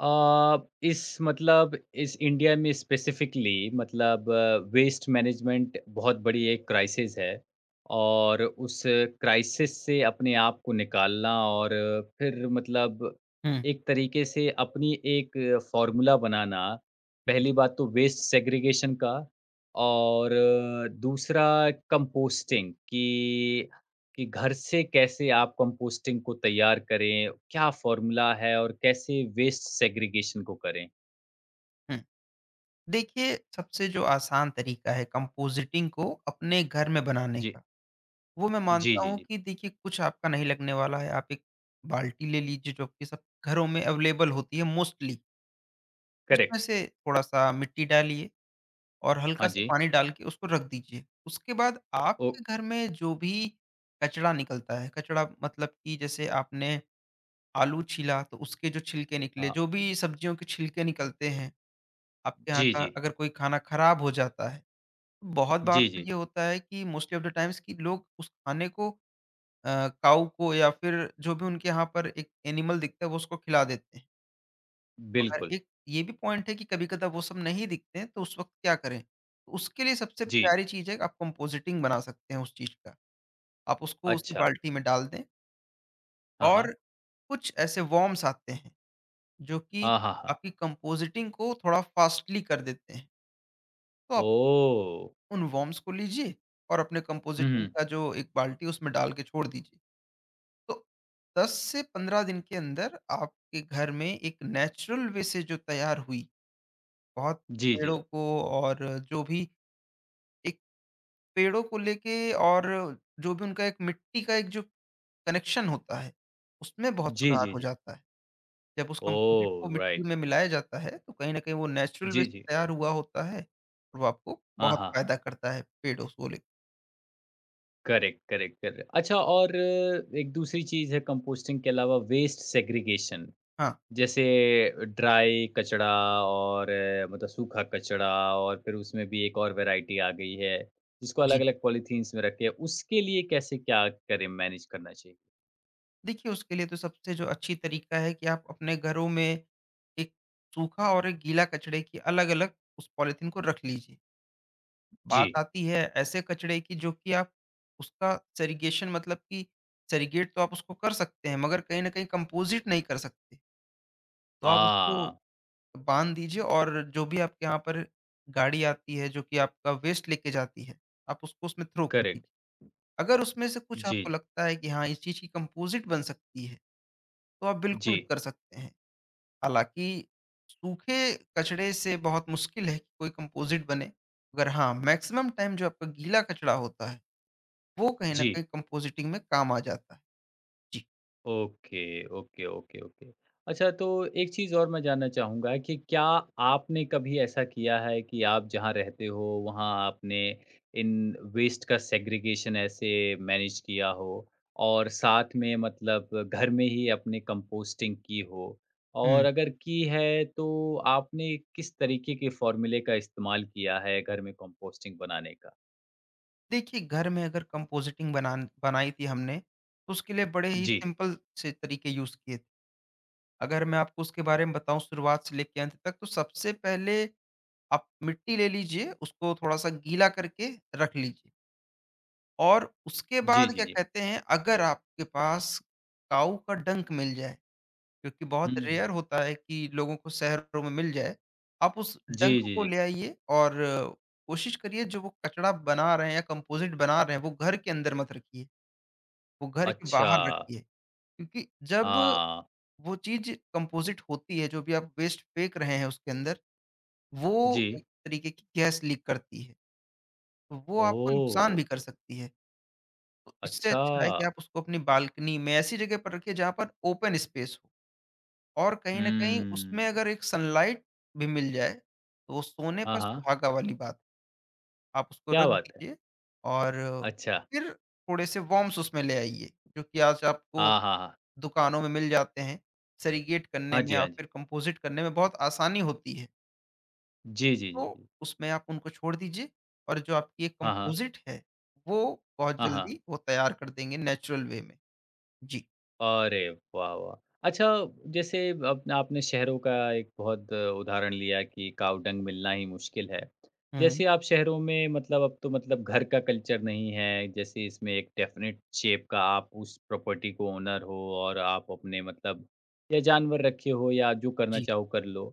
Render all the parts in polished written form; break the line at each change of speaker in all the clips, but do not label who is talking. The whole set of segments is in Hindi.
अ, इस मतलब इस इंडिया में स्पेसिफिकली, मतलब वेस्ट मैनेजमेंट बहुत बड़ी एक क्राइसिस है और उस क्राइसिस से अपने आप को निकालना और फिर, मतलब,
हुँ,
एक तरीके से अपनी एक फार्मूला बनाना। पहली बात तो वेस्ट सेग्रीगेशन का और दूसरा कंपोस्टिंग, कि घर से कैसे आप कंपोस्टिंग को तैयार करें? क्या फ़ॉर्मूला है और कैसे वेस्ट सेग्रीगेशन को करें?
हुँ। देखिए, सबसे जो आसान तरीका है कंपोज़िटिंग को अपने घर में बनाने
जी।
का, वो मैं
जी,
मानता
जी,
हूँ
जी।
कि देखिए कुछ आपका नहीं लगने वाला है। आप एक बाल्टी ले लीजिए जो आपके सब घरों में अवेलेबल होती है मोस्टली। उसमें
करेक्ट।
से थोड़ा-सा मिट्टी डालिए और
हाँ
हल्का-सा
जी।
पानी डाल के उसको रख दीजिए। उसके बाद
ओ
आपके घर में जो भी कचरा निकलता है, कचरा मतलब कि जैसे आपने आलू छीला तो उसके जो छिलके निकले,
हाँ।
जो भी सब्जियों के छिलके निकलते हैं, आपके यहाँ
जी,
का
जी।
अगर कोई खाना खराब हो जाता है, बहुत बार
जी,
तो
जी।
ये होता है कि मोस्टली ऑफ द टाइम्स कि लोग उस खाने को काऊ को या फिर जो भी उनके यहाँ पर एक एनिमल दिखता है, वो उसको खिला देते हैं। और
बिल्कुल।
एक ये भी पॉइंट है कि कभी-कदा वो सब नहीं दिखते हैं, तो उस वक़्त क्या करें? तो उसके लिए सबसे
जी।
प्यारी चीज़ है कि आप कंपोजिटिंग बना सकते हैं उस चीज़ का। आप उसको उसी
अच्छा।
बाल्टी में डाल दें,
हाँ,
और
हाँ।
कुछ ऐसे वर्म्स आते हैं जो कि
हाँ, हाँ, हाँ।
आपकी कंपोजिटिंग को थोड़ा फ़ास्टली कर देते हैं। तो आप
ओह!
उन वर्म्स को लीजिए और अपने
हुँ,
कंपोजिटिंग
हुँ।
का जो एक बाल्टी है उसमें डाल के छोड़ दीजिए। तो 10 से 15 दिन के अंदर आपके घर में एक नेचुरल वे से जो तैयार हुई, बहुत
जी, जी।
पेड़ों को और जो भी एक पेड़ों को लेके और जो भी उनका एक मिट्टी का एक जो कनेक्शन होता है, उसमें बहुत
जी,
सुधार
जी,
हो
जी।
जाता है। जब उस कंपोज़िट को
ओह!
मिट्टी
राइट।
में मिलाया जाता है, तो कहीं न कहीं वो नेचुरल वे
जी,
से
जी।
तैयार हुआ होता है, और वो आपको
हाँ,
बहुत
हाँ, हाँ।
फ़ायदा करता है पेड़ों को ले।
Correct, correct, correct. अच्छा, और एक दूसरी चीज़ है कंपोस्टिंग के अलावा वेस्ट सेग्रीगेशन।
हाँ,
जैसे ड्राई कचड़ा और सूखा कचड़ा, और फिर उसमें भी एक और वैरायटी आ गई है, जिसको
जी।
अलग-अलग पॉलीथीन्स में रखे, उसके लिए कैसे क्या करें, मैनेज करना चाहिए?
देखिए, उसके लिए तो सबसे जो अच्छी तरीका है कि आप अपने घरों में एक सूखा और एक गीला कचड़े की अलग-अलग उस पॉलिथीन को रख लीजिए।
जी।
बात आती है ऐसे कचड़े की जो कि आप उसका सेरीगेशन मतलब कि सेरीगेट तो आप उसको कर सकते हैं, मगर कहीं न कहीं कंपोज़िट नहीं कर सकते। तो आप उसको
हाँ,
बाँध दीजिए और जो भी आपके यहाँ पर गाड़ी आती है जो कि आपका वेस्ट लेके जाती है, आप उसको उसमें थ्रो कर
करेक्ट।
दीजिए। अगर उसमें से कुछ आपको
जी,
लगता है कि हाँ, इस चीज़ की कंपोज़िट बन सकती है, तो आप
जी,
बिल्कुल कर सकते हैं। हालाँकि, सूखे कचड़े से बहुत मुश्किल है कि कोई कंपोजिट बने, मगर हाँ, मैक्सिमम टाइम जो आपका गीला कचड़ा होता है, वो कहीं न
जी।
कहीं कंपोजिटिंग में काम आ जाता है। जी।
Okay, okay, okay, okay. अच्छा, तो एक चीज़ और मैं जानना चाहूँगा कि क्या आपने कभी ऐसा किया है कि आप जहाँ रहते हो वहाँ आपने इन वेस्ट का सेग्रीगेशन ऐसे मैनेज किया हो, और साथ में, मतलब, घर में ही अपने कंपोस्टिंग की हो?
हुँ।
और अगर की है तो आपने किस तरीके के फ़ॉर्मूले का इस्तेमाल किया है घर में कंपोस्टिंग बनाने का?
देखिए, घर में अगर कंपोजिटिंग बनान बनाई थी हमने, तो उसके लिए बड़े ही
जी।
सिंपल से तरीके यूज़ किए थे। अगर मैं आपको उसके बारे में बताऊँ शुरुआत से लेके अंत तक, तो सबसे पहले आप मिट्टी ले लीजिए, उसको थोड़ा-सा गीला करके रख लीजिए। और उसके
जी,
बाद
जी,
क्या
जी।
कहते हैं, अगर आपके पास काऊ का डंक मिल जाए, क्योंकि
हुँ,
बहुत रेयर
हुँ।
होता है कि लोगों को शहरों में मिल जाए, आप उस डंक
जी, जी,
को
जी।
ले आइए और कोशिश करिए जो वो कचड़ा बना रहे हैं या कंपोजिट बना रहे हैं, वो घर के अंदर मत रखिए, वो घर के
अच्छा।
बाहर रखिए। क्योंकि जब
हाँ।
वो चीज़ कंपोजिट होती है, जो भी आप वेस्ट फेंक रहे हैं उसके अंदर, वो
जी।
एक तरीके की गैस लीक करती है, तो वो आपको नुकसान
ओह!
भी कर सकती है। तो इससे
अच्छा।
अच्छा है कि आप उसको अपनी बालकनी में ऐसी जगह पर रखिए जहाँ पर ओपन स्पेस हो, और कहीं न कहीं उसमें
हम्म,
अगर एक सनलाइट भी मिल जाए, तो वो सोने
हाँ,
पर
हाँ,
सुहागा वाली बात है। आप उसको
क्या
रख
बात है!
दीजिए और
अच्छा,
फिर थोड़े से वॉर्म्स उसमें ले आइए, जो कि आज आपको
हाँ, हाँ, हाँ।
दुकानों में मिल जाते हैं। सेरीगेट करने
हाँ
में
जी,
या
हाँ जी।
फिर कंपोज़िट करने में बहुत आसानी होती है,
जी, जी,
तो
जी, जी।
उसमें आप उनको छोड़ दीजिए और जो आपकी एक
हाँ, हाँ।
कंपोज़िट है, वो बहुत
हाँ, हाँ।
जल्दी वो तैयार कर देंगे नेचुरल वे में। जी।
अरे वाह, वाह! अच्छा, जैसे अब आपने शहरों का एक बहुत उदाहरण लिया कि काव डंग मिलना ही मुश्किल है।
हुँ।
जैसे आप शहरों में, मतलब, अब तो, मतलब, घर का कल्चर नहीं है, जैसे इसमें एक डेफ़िनेट शेप का आप उस प्रॉपर्टी को ओनर हो और आप अपने, मतलब, या जानवर रखे हो या जो करना
जी,
चाहो कर लो।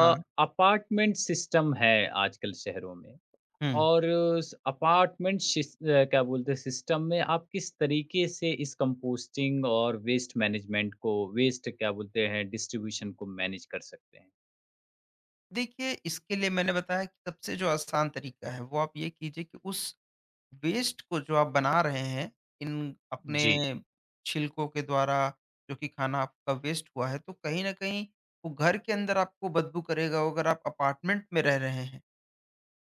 हाँ,
अपार्टमेंट सिस्टम है आजकल शहरों में।
हुँ।
और स अपार्टमेंट शिस अ, क्या बोलते हैं, सिस्टम में आप किस तरीके से इस कंपोस्टिंग और वेस्ट मैनेजमेंट को, वेस्ट, क्या बोलते हैं, डिस्ट्रीब्यूशन को मैनेज कर सकते हैं?
देखिए, इसके लिए मैंने बताया कि सबसे जो आसान तरीका है, वो आप ये कीजिए कि उस वेस्ट को जो आप बना रहे हैं, इन अपने
जी,
छिलकों के द्वारा, जो कि खाना आपका वेस्ट हुआ है, तो कहीं न कहीं वो घर के अंदर आपको बदबू करेगा। और अगर आप अपार्टमेंट में रह रहे हैं,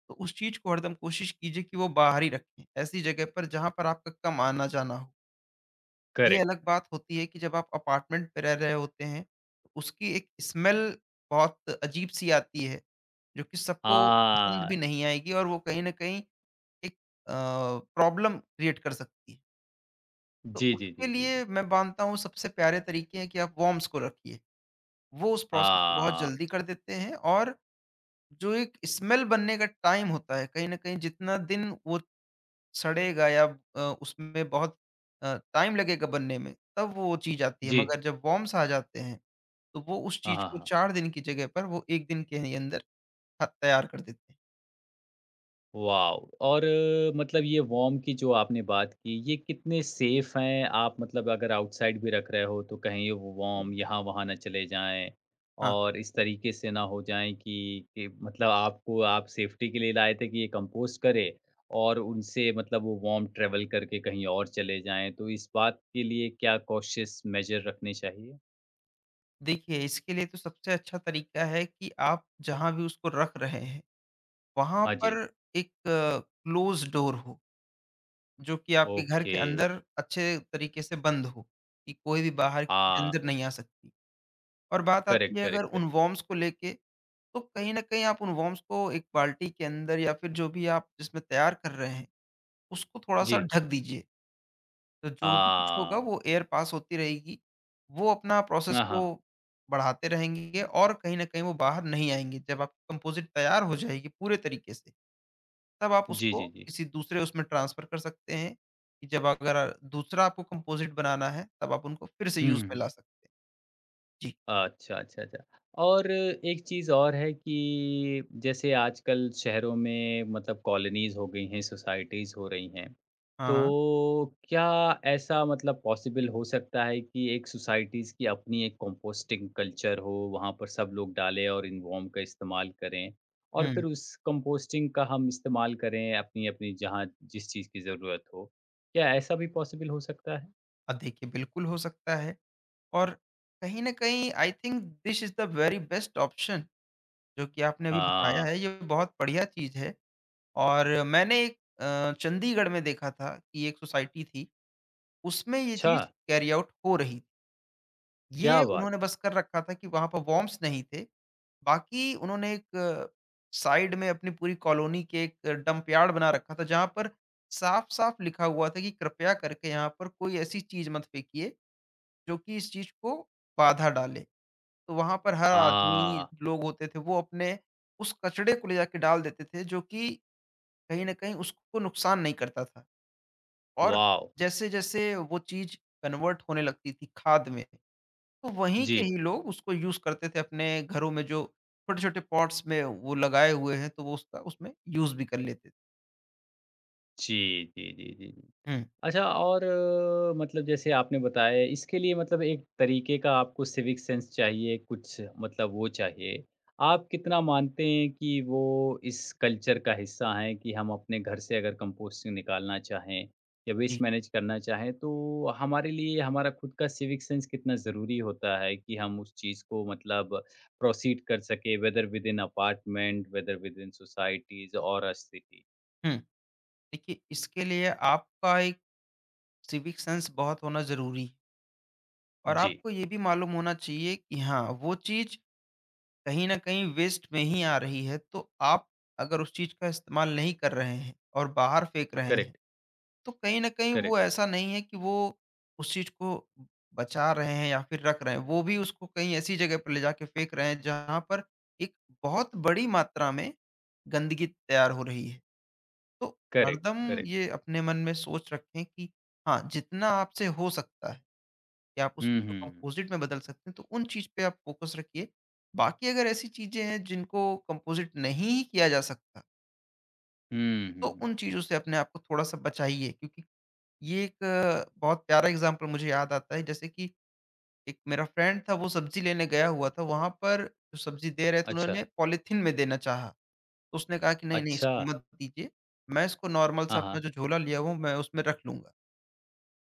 तो उस चीज़ को हरदम कोशिश कीजिए कि वो बाहर ही रखें, ऐसी जगह पर जहाँ पर आपका कम आना-जाना हो। ये
करेक्ट।
अलग बात होती है कि जब आप अपार्टमेंट में रह रहे होते हैं, तो उसकी एक स्मेल बहुत अजीब-सी आती है, जो कि सबको पसंद
हाँ।
भी नहीं आएगी और वो कहीं न कहीं एक अ, प्रॉब्लम क्रिएट कर सकती है। तो
जी, जी,
उसके
जी, जी,
लिए
जी।
मैं मानता हूँ सबसे प्यारे तरीके हैं कि आप वॉर्म्स को रखिए। वो उस प्रोसेस को बहुत
हाँ।
जल्दी कर देते हैं, और जो एक स्मेल बनने का टाइम होता है, कहीं न कहीं जितना दिन वो सड़ेगा या उसमें बहुत टाइम लगेगा बनने में, तब वो चीज़ आती है।
जी।
मगर जब वर्म्स आ जाते हैं, तो वो उस
हाँ,
चीज़
हाँ,
को
हाँ।
4 दिन की जगह पर वो 1 दिन के ही अंदर ह तैयार कर देते हैं।
वाओ! और ये वॉर्म की जो आपने बात की, ये कितने सेफ़ हैं? आप, मतलब, अगर आउटसाइड भी रख रहे हो, तो कहीं वो वॉर्म यहाँ-वहाँ ना चले जाएँ
हाँ,
और इस तरीके से ना हो जाएँ कि मतलब, आपको, आप सेफ्टी के लिए लाए थे कि ये कंपोस्ट करे, और उनसे, मतलब, वो वॉर्म ट्रैवल करके कहीं और चले जाएँ। तो इस बात के लिए क्या कॉशियस मेजर रखने चाहिए?
देखिए इसके लिए तो सबसे अच्छा तरीका है कि आप जहाँ भी उसको रख रहे हैं, वहाँ
हाँ
पर
जी।
एक क्लोज़ डोर हो, जो कि आपके घर
ओके।
के अंदर अच्छे तरीके से बंद हो, कि कोई भी बाहर की चीज़
हाँ,
अंदर नहीं आ सकती। और बात आती
करेक्ट,
है अगर
करेक्ट,
उन
करेक्ट।
वर्म्स को लेके, तो कहीं न कहीं आप उन वॉर्म्स को एक बाल्टी के अंदर या फिर जो भी आप जिसमें तैयार कर रहे हैं, उसको
जी।
थोड़ा-सा ढक दीजिए। तो जो भी कुछ होगा
हाँ।
वो एयर पास होती रहेगी। वो अपना प्रोसेस
हाँ,
को
हाँ।
बढ़ाते रहेंगे और कहीं न कहीं वो बाहर नहीं आएँगे। जब आपकी कंपोज़िट तैयार हो जाएगी पूरे तरीके से, तब आप
जी,
उसको
जी, जी।
किसी दूसरे उसमें ट्रांसफ़र कर सकते हैं, कि जब अगर दूसरा आपको कंपोज़िट बनाना है, तब आप उनको फिर से यूज़ में
हुँ।
ला सकते हैं। जी।
अच्छा, अच्छा, अच्छा। और एक चीज़ और है कि जैसे आजकल शहरों में, मतलब, कॉलोनीज़ हो गई हैं, सोसाइटीज़ हो रही हैं।
हाँ, हाँ।
तो क्या ऐसा, मतलब, पॉसिबल हो सकता है कि एक सोसाइटीज़ की अपनी एक कंपोस्टिंग कल्चर हो, वहाँ पर सब लोग डालें और इन्वॉर्म का इस्तेमाल करें? और फिर
हुँ।
उस कंपोस्टिंग का हम इस्तेमाल करें अपनी-अपनी, जहाँ जिस चीज़ की ज़रूरत हो। क्या ऐसा भी पॉसिबल हो सकता है?
देखिए बिल्कुल हो सकता है। और कहीं न कहीं I think this is the very best option जो कि आपने अभी बताया
हाँ,
है, ये बहुत बढ़िया चीज़ है, और मैंने एक चंडीगढ़ में देखा था कि एक सोसाइटी थी, उसमें ये
अच्छा!
चीज़ कैरी आउट हो रही थी। ये
क्या बात
उन्होंने
है!
बस कर रखा था कि वहाँ पर वॉर्म्स नहीं थे, बाकी उन्होंने एक साइड में अपनी पूरी कॉलोनी के एक डंप यार्ड बना रखा था, जहाँ पर साफ-साफ लिखा हुआ था कि कृपया करके यहाँ पर कोई ऐसी चीज़ मत फेंकिए, जो कि इस चीज़ को बाधा डाले। तो वहाँ पर हर आदमी
हाँ,
लोग होते थे, वो अपने उस कचड़े को ले जाके डाल देते थे जो कि कहीं न कहीं उसको नुकसान नहीं करता था। और
वॉव!
जैसे-जैसे वो चीज़ कन्वर्ट होने लगती थी खाद में, तो वहीं
जी।
के ही लोग उसको यूज़ करते थे अपने घरों में, जो छोटे-छोटे पॉट्स में वो लगाए हुए हैं, तो वो उसका उसमें यूज़ भी कर लेते थे।
जी, जी, जी, जी। जी।
हुँ।
अच्छा, और जैसे आपने बताया, इसके लिए, मतलब, एक तरीके का आपको सिविक सेंस चाहिए, कुछ, मतलब, वो चाहिए। आप कितना मानते हैं कि वो इस कल्चर का हिस्सा हैं कि हम अपने घर से अगर कंपोस्टिंग निकालना चाहें या
जी।
वेस्ट मैनेज करना चाहें, तो हमारे लिए हमारा खुद का सिविक सेंस कितना ज़रूरी होता है कि हम उस चीज़ को, मतलब, प्रोसीड कर सकें, whether within apartment, whether within societies और सिटी?
हुँ। देखिए इसके लिए आपका एक सिविक सेंस बहुत होना ज़रूरी है, और
जी,
आपको ये भी मालूम होना चाहिए कि हाँ, वो चीज़ कहीं न कहीं वेस्ट में ही आ रही है, तो आप अगर उस चीज़ का इस्तेमाल नहीं कर रहे हैं और बाहर फेंक रहे हैं,
करेक्ट,
तो कहीं न कहीं वो
करेक्ट,
ऐसा नहीं है कि वो उस चीज़ को बचा रहे हैं या फिर रख रहे हैं, वो भी उसको कहीं ऐसी जगह पर ले जाके फेंक रहे हैं जहाँ पर एक बहुत बड़ी मात्रा में गंदगी तैयार हो रही है। तो
करेक्ट,
हरदम
करेक्ट।
ये अपने मन में सोच रखें कि हाँ, जितना आपसे हो सकता है या आप उस
हुँ,
चीज़ को
हुँ।
कंपोज़िट में बदल सकते हैं, तो उन चीज़ पे आप फ़ोकस रखिए। बाकी अगर ऐसी चीज़ें हैं जिनको कंपोज़िट नहीं ही किया जा सकता,
हुँ,
तो
हुँ।
उन चीज़ों से अपने आप को थोड़ा-सा बचाइए, क्योंकि ये एक बहुत प्यारा एग्ज़ाम्पल मुझे याद आता है, जैसे कि एक मेरा फ्रेंड था, वो सब्ज़ी लेने गया हुआ था, वहाँ पर जो सब्ज़ी दे रहे थे
अच्छा,
उन्होंने पॉलीथीन में देना चाहा, तो उसने कहा कि नहीं-नहीं
अच्छा।
इसको मत दीजिए, मैं इसको नॉर्मल सा
हाँ,
अपना
हाँ।
जो झोला लिया हूँ मैं उसमें रख लूँगा।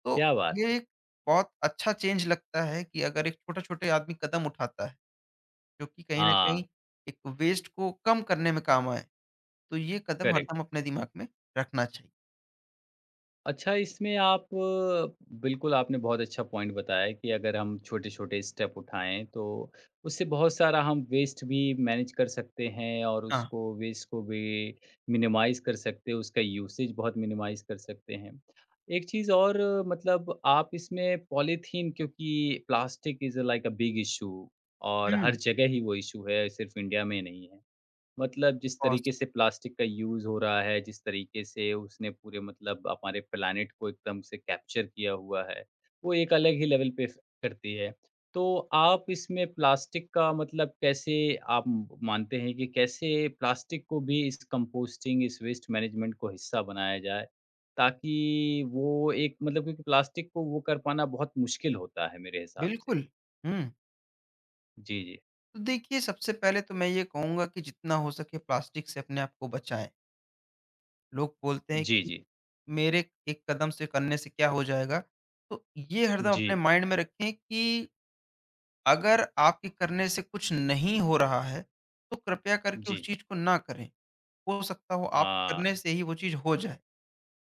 तो
क्या बात
ये
है!
एक बहुत अच्छा चेंज लगता है कि अगर एक छोटे-छोटे आदमी कदम उठाता है। जो कि कहीं न कहीं
हाँ,
एक वेस्ट को कम करने में काम आए। तो ये कदम
करेक्ट।
हरदम अपने दिमाग में रखना चाहिए।
अच्छा, इसमें आप, बिल्कुल आपने बहुत अच्छा पॉइंट बताया कि अगर हम छोटे-छोटे स्टेप उठाएँ, तो उससे बहुत सारा हम वेस्ट भी मैनेज कर सकते हैं और
हाँ।
उसको, वेस्ट को भी मिनिमाइज़ कर सकते हैं, उसका यूसेज बहुत मिनिमाइज़ कर सकते हैं। एक चीज़ और, मतलब, आप इसमें पॉलीथीन, क्योंकि plastic is like a big issue, और हर
हुँ,
जगह ही वो इश्यू है, सिर्फ़ इंडिया में नहीं है। मतलब, जिस
कॉस्ट
तरीके से प्लास्टिक का यूज़ हो रहा है, जिस तरीके से उसने पूरे, मतलब, हमारे प्लैनेट को एकदम से कैप्चर किया हुआ है, वो एक अलग ही लेवल पे इफ़ेक्ट करती है। तो आप इसमें प्लास्टिक का, मतलब, कैसे आप मानते हैं कि कैसे प्लास्टिक को भी इस कंपोस्टिंग, इस वेस्ट मैनेजमेंट को हिस्सा बनाया जाए? ताकि वो एक, मतलब, क्योंकि प्लास्टिक को वो कर पाना बहुत मुश्किल होता है मेरे हिसाब से।
बिल्कुल। हुँ,
जी, जी।
तो देखिए सबसे पहले तो मैं ये कहूँगा कि जितना हो सके प्लास्टिक से अपने आप को बचाएँ। लोग बोलते हैं
जी,
कि
जी।
मेरे एक कदम से करने से क्या हो जाएगा? तो ये हरदम
जी,
अपने माइंड में रखें कि अगर आपके करने से कुछ नहीं हो रहा है, तो कृपया करके उस
जी।
चीज़ को ना करें। हो सकता हो आप
हाँ,
करने से ही वो चीज़ हो जाए।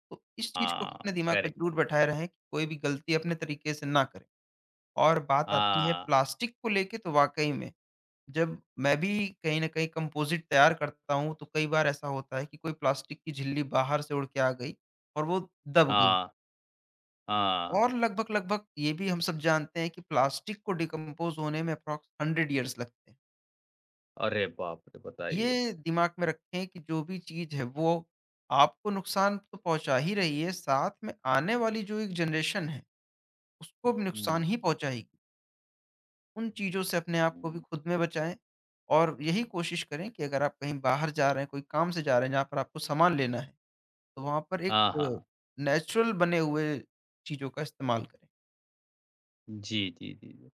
तो इस चीज़ को
हाँ,
अपने दिमाग में
करेक्ट।
ज़रूर बैठाए रहें कि कोई भी गलती अपने तरीके से ना करें। और बात आती है
हाँ,
प्लास्टिक को लेके, तो वाक़ई में, जब मैं भी कहीं न कहीं कंपोज़िट तैयार करता हूँ, तो कई बार ऐसा होता है कि कोई प्लास्टिक की झिल्ली बाहर से उड़ के आ गई और वो दब गई।
हाँ, हाँ।
और लगभग-लगभग ये भी हम सब जानते हैं कि प्लास्टिक को डिकम्पोज़ होने में अप्रॉक्स 100 इयर्स लगते हैं।
अरे बाप रे! बताइए।
ये दिमाग में रखें कि जो भी चीज़ है वो आपको नुकसान तो पहुँचा ही रही है, साथ में आने वाली जो एक जनरेशन है उसको
हुँ,
भी नुकसान
हुँ,
ही पहुँचाएगी। उन
हुँ,
चीज़ों से अपने आप को भी
हुँ।
खुद में बचाएँ, और यही कोशिश करें कि अगर आप कहीं बाहर जा रहे हैं, कोई काम से जा रहे हैं जहाँ पर आपको सामान लेना है, तो वहाँ पर एक
हाँ, हाँ, हाँ।
नेचुरल बने हुए चीज़ों का इस्तेमाल करें।
जी, जी, जी, जी।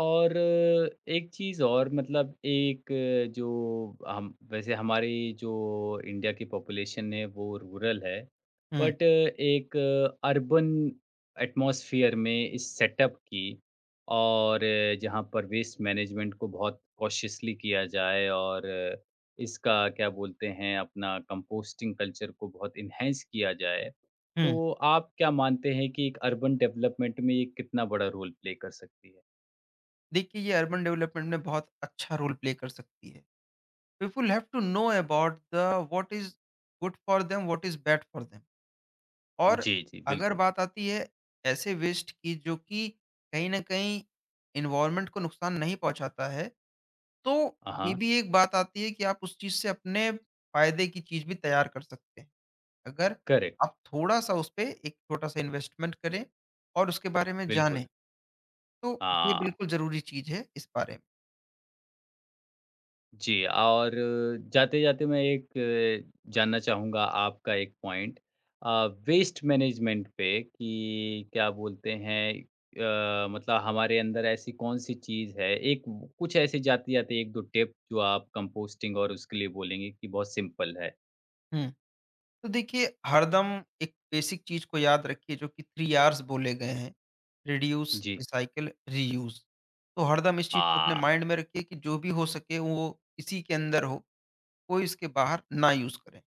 और एक चीज़ और, मतलब, एक जो हम वैसे, हमारी जो इंडिया की पॉपुलेशन है वो रूरल है,
हुँ,
बट एक अर्बन एटमॉस्फियर में इस सेटअप की और जहाँ पर वेस्ट मैनेजमेंट को बहुत कॉशियसली किया जाए, और इसका क्या बोलते हैं, अपना कंपोस्टिंग कल्चर को बहुत एनहांस किया जाए।
हुँ।
तो आप क्या मानते हैं कि एक अर्बन डेवलपमेंट में ये कितना बड़ा रोल प्ले कर सकती है?
देखिए ये अर्बन डेवलपमेंट में बहुत अच्छा रोल प्ले कर सकती है। People have to know about the what is good for them, what is bad for them, और
जी, जी,
अगर
बिल्कुल।
बात आती है ऐसे वेस्ट की जो कि कहीं न कहीं एनवायरनमेंट को नुकसान नहीं पहुँचाता है, तो ये
हाँ,
भी एक बात आती है कि आप उस चीज़ से अपने फ़ायदे की चीज़ भी तैयार कर सकते हैं। अगर
करेक्ट,
आप थोड़ा-सा उस पे एक छोटा-सा इन्वेस्टमेंट करें और उसके बारे में जानें,
बिल्कुल।
तो ये
हाँ,
बिल्कुल ज़रूरी चीज़ है इस बारे में।
जी। और जाते-जाते मैं एक जानना चाहूँगा आपका एक पॉइंट, वेस्ट मैनेजमेंट पे कि क्या बोलते हैं, हमारे अंदर ऐसी कौन-सी चीज़ है? एक कुछ ऐसे जाते-जाते 1-2 टिप जो आप कंपोस्टिंग और उसके लिए बोलेंगे कि बहुत सिंपल है?
हुँ। तो देखिए हरदम एक बेसिक चीज़ को याद रखिए जो कि 3 आर's बोले गए हैं, रिड्यूस,
जी।
Recycle, reuse. तो हरदम इस चीज़ को अपने
हाँ।
माइंड में रखिए कि जो भी हो सके वो इसी के अंदर हो, कोई इसके बाहर ना यूज़ करें।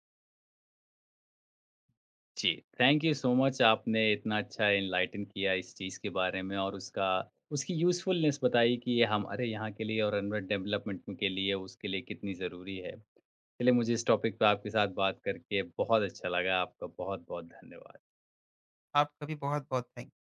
जी, थैंक यू सो मच, आपने इतना अच्छा एनलाइटन किया इस चीज़ के बारे में, और उसका, उसकी यूज़फुलनेस बताई कि ये हमारे यहाँ के लिए और अर्बन डेवलपमेंट में के लिए, उसके लिए कितनी ज़रूरी है। चलिए, मुझे इस टॉपिक पे आपके साथ बात करके बहुत अच्छा लगा। आपका बहुत-बहुत धन्यवाद।
आपका भी बहुत-बहुत थैंक